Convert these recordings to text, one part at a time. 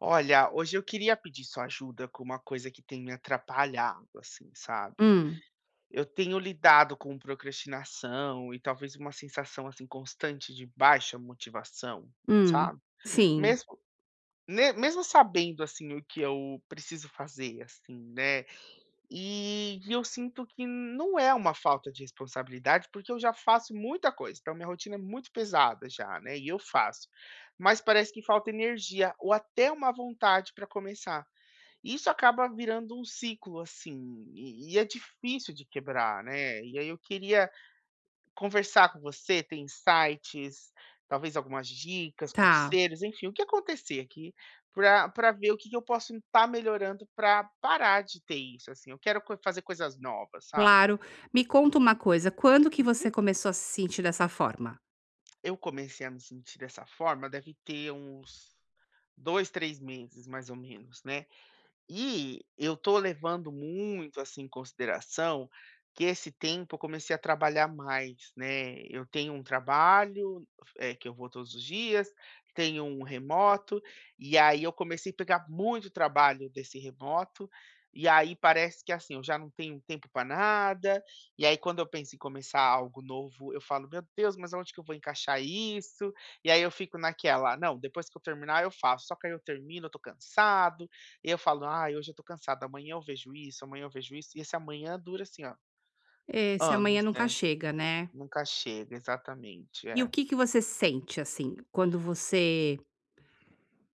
Olha, hoje eu queria pedir sua ajuda com uma coisa que tem me atrapalhado, assim, sabe? Hum, Eu tenho lidado com procrastinação e talvez uma sensação assim constante de baixa motivação, hum. sabe? Sim, Mesmo, né, mesmo sabendo assim o que eu preciso fazer, assim, né? E eu sinto que não é uma falta de responsabilidade, porque eu já faço muita coisa, então minha rotina é muito pesada já, né? E eu faço, mas parece que falta energia ou até uma vontade para começar. Isso acaba virando um ciclo, assim, e é difícil de quebrar, né. E aí eu queria conversar com você, ter insights, talvez algumas dicas, tá, conselhos, enfim, o que acontecer aqui. Para pra ver o que que eu posso estar melhorando para parar de ter isso, assim. Eu quero co fazer coisas novas, sabe. claro. Me conta uma coisa, quando que você Uhum. começou a se sentir dessa forma? Eu comecei a me sentir dessa forma deve ter uns 2, 3 meses mais ou menos, né. E eu estou levando muito, assim, em consideração que esse tempo eu comecei a trabalhar mais, né. Eu tenho um trabalho, que eu vou todos os dias, tenho um remoto, e aí eu comecei a pegar muito trabalho desse remoto, e aí parece que, assim, eu já não tenho tempo para nada, e aí quando eu penso em começar algo novo, eu falo: "Meu Deus, mas aonde que eu vou encaixar isso?". E aí eu fico naquela: "Não, depois que eu terminar eu faço", só que aí eu termino, eu tô cansado, e eu falo: "Ah, hoje eu tô cansado, amanhã eu vejo isso, amanhã eu vejo isso", e esse amanhã dura, assim, ó, Esse amanhã anos, nunca né, chega, né. nunca chega, exatamente, E o é. que que você sente, assim, quando você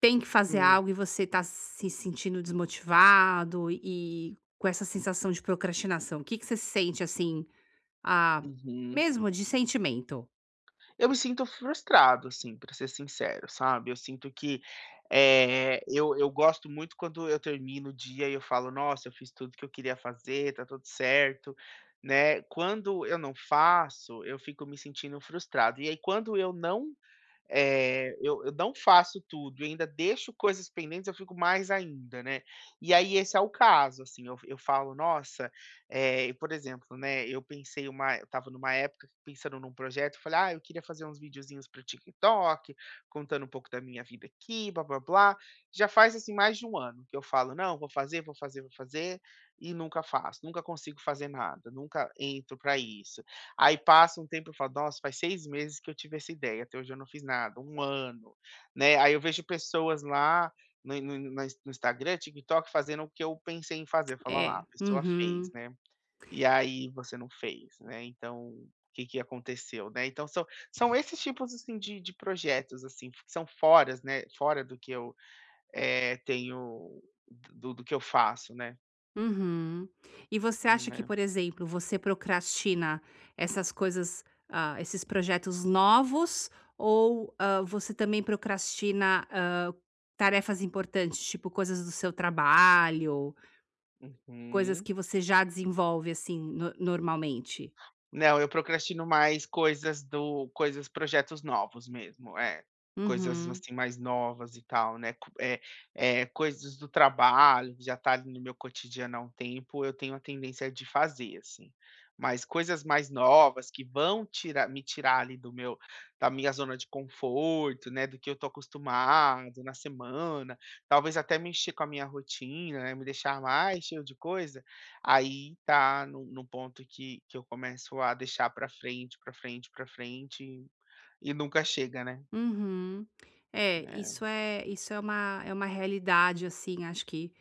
tem que fazer Hum, algo e você tá se sentindo desmotivado e com essa sensação de procrastinação? O que que você sente, assim, a uhum. mesmo de sentimento? Eu me sinto frustrado, assim, pra ser sincero, sabe, eu sinto que, eu gosto muito quando eu termino o dia e eu falo: "Nossa, eu fiz tudo que eu queria fazer, tá tudo certo", né. Quando eu não faço, eu fico me sentindo frustrado, e aí quando eu não Eh, eu não faço tudo, eu ainda deixo coisas pendentes, eu fico mais ainda, né. E aí esse é o caso, assim, eu falo: "Nossa", é. E por exemplo, né, eu pensei uma eu estava numa época pensando num projeto, eu falei: "Ah, eu queria fazer uns videozinhos para o TikTok, contando um pouco da minha vida aqui, blá-blá-blá". Já faz, assim, mais de um ano que eu falo: "Não, vou fazer, vou fazer, vou fazer", e nunca faço, nunca consigo fazer nada, nunca entro para isso. Aí passa um tempo, e eu falo: "Nossa, faz 6 meses que eu tive essa ideia, até hoje eu não fiz nada. Um ano", né. Aí eu vejo pessoas lá no Instagram, TikTok, fazendo o que eu pensei em fazer, eu falo: "Ah lá, a É. pessoa fez, Uhum. né, e aí você não fez, né, então o que que aconteceu?", né. Então são esses tipos, assim, de projetos, assim, que são foras, né, fora do que eu, tenho do que eu faço, né, Uhum. E você acha que, né. por exemplo, você procrastina essas coisas, ah, esses projetos novos, ou ah, você também procrastina tarefas importantes, tipo coisas do seu trabalho, coisas Uhum. que você já desenvolve assim normalmente? Não, eu procrastino mais coisas projetos novos mesmo, é. Coisas, Uhum. assim, mais novas e tal, né, coisas do trabalho, já tá ali no meu cotidiano há um tempo, eu tenho a tendência de fazer, assim. Mas coisas mais novas que vão tirar me tirar ali do meu da minha zona de conforto, né, do que eu tô acostumado na semana, talvez até mexer com a minha rotina, né, me deixar mais cheio de coisa. Aí tá num ponto que eu começo a deixar pra frente, pra frente, pra frente e nunca chega, né. Uhum. É, É. isso é uma realidade, assim, acho que,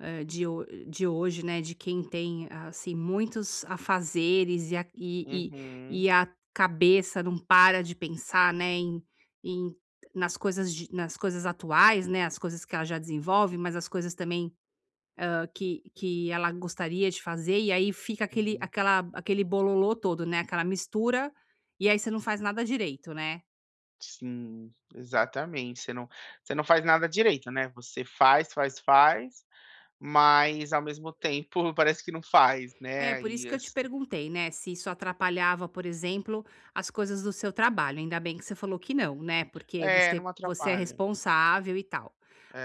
de ho de hoje, né, de quem tem, assim, muitos afazeres e a e Uhum, e a cabeça não para de pensar, né, em em nas coisas de nas coisas atuais, né, as coisas que ela já desenvolve, mas as coisas também, que ela gostaria de fazer, e aí fica uhum. Aquele bololô todo, né, aquela mistura, e aí você não faz nada direito, né. Sim, exatamente. Você não faz nada direito, né. Você faz, faz, faz, mas ao mesmo tempo parece que não faz, É, né, por isso e que eu te assim. perguntei, né, se isso atrapalhava, por exemplo, as coisas do seu trabalho. Ainda bem que você falou que não, né, porque É, não você é atrapalha. responsável e tal.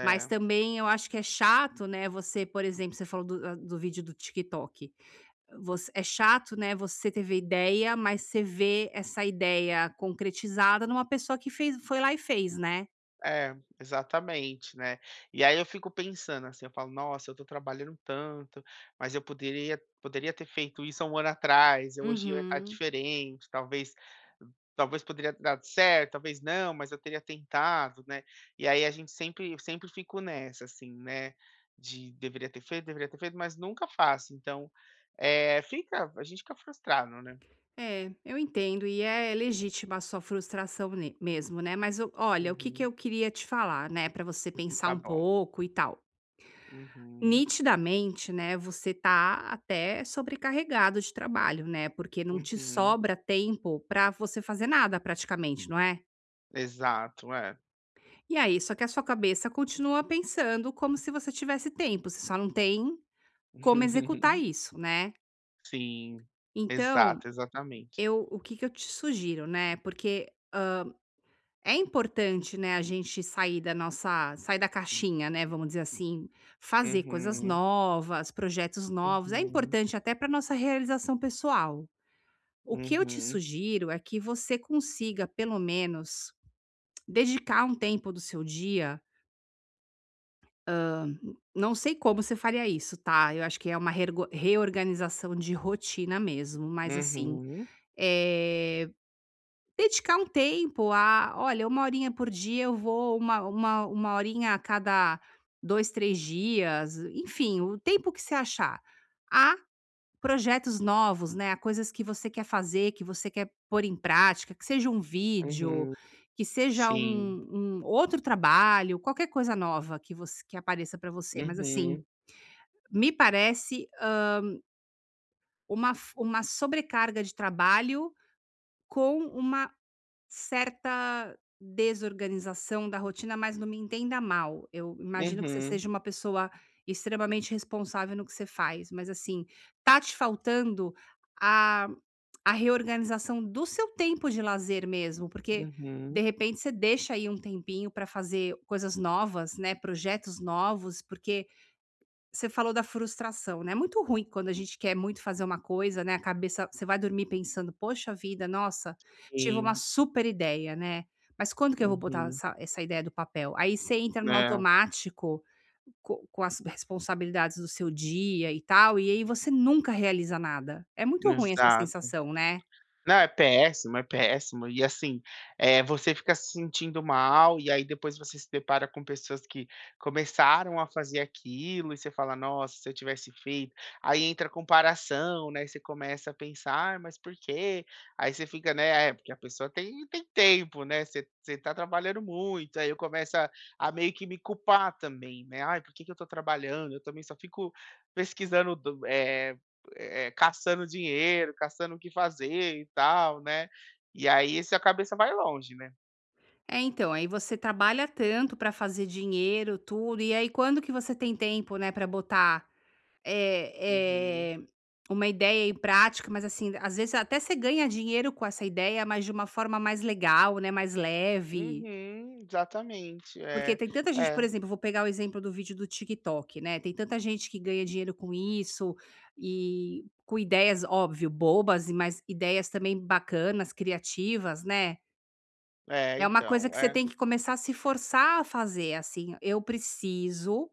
Mas também eu acho que é chato, né, você, por exemplo, você falou do, ah, do vídeo do TikTok. Você, é chato, né, você teve a ideia, mas você vê essa ideia concretizada numa pessoa que fez, foi lá e fez, né? É, exatamente, né. E aí eu fico pensando, assim, eu falo: "Nossa, eu tô trabalhando tanto, mas eu poderia ter feito isso há 1 ano atrás, eu hoje eu ia estar Uhum. diferente, talvez poderia ter dado certo, talvez não, mas eu teria tentado", né. E aí a gente sempre eu sempre fico nessa, assim, né, de deveria ter feito, mas nunca faço, então, eh, fica a gente fica frustrado, né. É, eu entendo e é legítima a sua frustração mesmo, né? Mas olha, o que que Uhum. eu queria te falar, né, pra você pensar Tá um bom. pouco e tal. Uhum, Nitidamente, né, você tá até sobrecarregado de trabalho, né? Porque não te uhum. sobra tempo pra você fazer nada praticamente, não é? Exato, é. E aí, só que a sua cabeça continua pensando como se você tivesse tempo, você só não tem como executar isso, né? Sim, Então, exato, exatamente. eu, o que que eu te sugiro, né? Porque é importante, né, a gente sair da caixinha, né, vamos dizer assim, fazer coisas Uhum, novas, projetos novos, é uhum, importante até para nossa realização pessoal. O que eu te uhum, sugiro é que você consiga, pelo menos, dedicar um tempo do seu dia. Não sei como você faria isso, tá? Eu acho que é uma reorganização de rotina mesmo, mas assim, uhum, eh, dedicar um tempo a olha, uma horinha por dia eu vou, uma horinha a cada 2 3 dias, enfim, o tempo que você achar, há projetos novos, né, a coisas que você quer fazer, que você quer pôr em prática, que seja um vídeo, uhum, que seja sim, um outro trabalho, qualquer coisa nova que você que apareça para você, mas assim, uhum, me parece, uma sobrecarga de trabalho com uma certa desorganização da rotina, mas não me entenda mal, eu imagino que você uhum, seja uma pessoa extremamente responsável no que você faz, mas assim, tá te faltando a a reorganização do seu tempo de lazer mesmo, porque uhum, de repente você deixa aí um tempinho para fazer coisas novas, né, projetos novos, porque você falou da frustração, né, é muito ruim quando a gente quer muito fazer uma coisa, né, a cabeça você vai dormir pensando: "Poxa vida, nossa, tive uma sim, super ideia, né, mas quando que eu vou botar uhum, essa ideia do papel?". Aí você entra no é, automático co com as responsabilidades do seu dia e tal, e aí você nunca realiza nada. É muito ruim essa exato. sensação, né. Não, é péssimo, é péssimo. E assim, você fica se sentindo mal, e aí depois você se depara com pessoas que começaram a fazer aquilo, e você fala: "Nossa, se eu tivesse feito". Aí entra a comparação, né, você começa a pensar: "Ah, mas por quê?". Aí você fica, né, é, porque a pessoa tem tempo, né, você tá trabalhando muito, aí eu começo a meio que me culpar também, né, "Ai, por que que eu tô trabalhando?". Eu também só fico pesquisando eh é, caçando dinheiro, caçando o que fazer e tal, né. E aí essa cabeça vai longe, né. É, então, aí você trabalha tanto para fazer dinheiro, tudo, e aí quando que você tem tempo, né, para botar Uhum. É, é uma ideia em prática, mas assim, às vezes até você ganha dinheiro com essa ideia, mas de uma forma mais legal, né, mais leve. Uhum, exatamente. Porque É, tem tanta gente, por é, exemplo, vou pegar o exemplo do vídeo do TikTok, né? Tem tanta gente que ganha dinheiro com isso e com ideias, óbvio, bobas, mas ideias também bacanas, criativas, né? é, É uma coisa então, que você é. tem que começar a se forçar a fazer, assim, eu preciso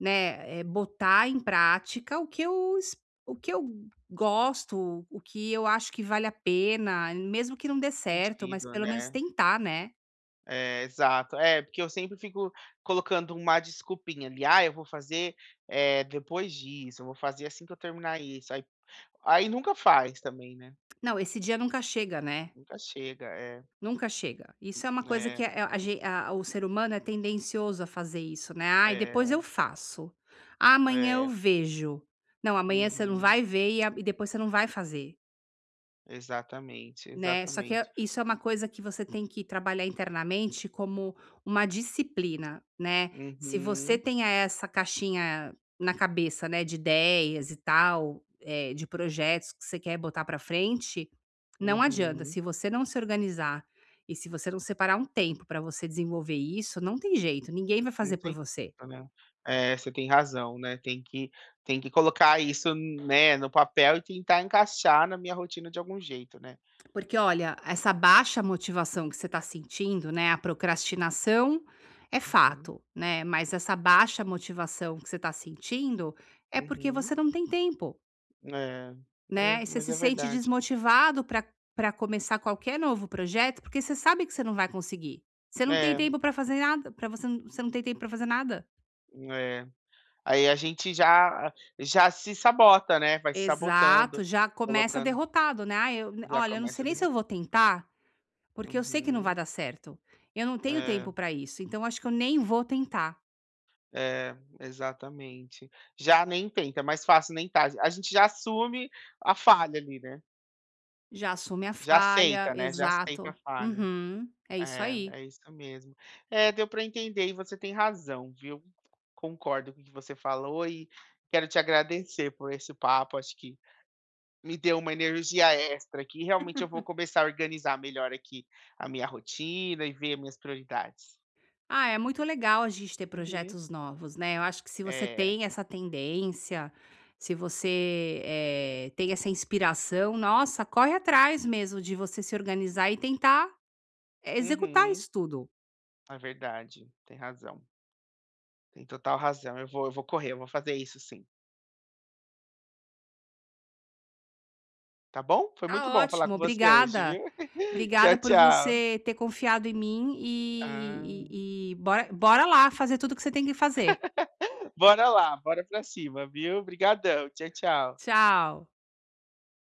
né, botar em prática o que eu gosto, o que eu acho que vale a pena, mesmo que não dê certo, mas Sentido, pelo menos né. tentar, né. É, exato. É, porque eu sempre fico colocando uma desculpinha ali: "Ah, eu vou fazer, depois disso, eu vou fazer assim que eu terminar isso", aí nunca faz também, né. Não, esse dia nunca chega, né, Nunca chega. É, nunca chega. Isso é uma coisa é, que a gen a o ser humano é tendencioso a fazer isso, né. Ah, e depois é, eu faço. Ah, amanhã eu é. vejo". Não, amanhã você não Uhum. vai ver e a e depois você não vai fazer. Exatamente, Né, só que exatamente. isso é uma coisa que você tem que trabalhar internamente como uma disciplina, né. Se você Uhum, tem essa caixinha na cabeça, né, de ideias e tal, de projetos que você quer botar para frente, não adianta, uhum. se você não se organizar e se você não separar um tempo para você desenvolver isso, não tem jeito, ninguém vai Não fazer por tem você. jeito, né. É, você tem razão, né, tem que colocar isso, né, no papel e tentar encaixar na minha rotina de algum jeito, né. Porque olha, essa baixa motivação que você está sentindo, né, a procrastinação é Uhum, fato, né, mas essa baixa motivação que você está sentindo é porque uhum. você não tem tempo, É, é, né, você mas se é sente verdade. desmotivado para para começar qualquer novo projeto, porque você sabe que você não vai conseguir. Você não tem É, tempo para fazer nada, para você, você não tem tempo para fazer nada. é. Aí a gente já se sabota, né, vai se sabotando, Exato, já começa colocando derrotado, né? Ah, eu, já olha, eu não começa a sei nem se derro eu vou tentar, porque eu sei que não Uhum, vai dar certo. Eu não tenho é. tempo para isso, então acho que eu nem vou tentar. É, exatamente. Já nem tenta, é mais fácil nem tá. A gente já assume a falha ali, né. Já assume a Já falha, aceita, né, já aceita a exato. falha. Uhum, é isso É, aí. é isso mesmo. É, deu para entender e você tem razão, viu. Concordo com o que você falou e quero te agradecer por esse papo, acho que me deu uma energia extra aqui, realmente eu vou começar a organizar melhor aqui a minha rotina e ver minhas prioridades. Ah, é muito legal a gente ter Uhum. projetos novos, né? Eu acho que se você É. tem essa tendência, se você tem essa inspiração, nossa, corre atrás mesmo de você se organizar e tentar executar Uhum. isso tudo. É verdade, tem razão. Tem total razão. Eu vou correr, eu vou fazer isso sim, tá bom? Foi Tá muito bom falar ótimo, com você hoje, obrigada. viu. Obrigada Tchau, por tchau. você ter confiado em mim Ah, e bora lá fazer tudo que você tem que fazer. bora lá, bora pra cima, viu. Obrigadão. Tchau, tchau. Tchau.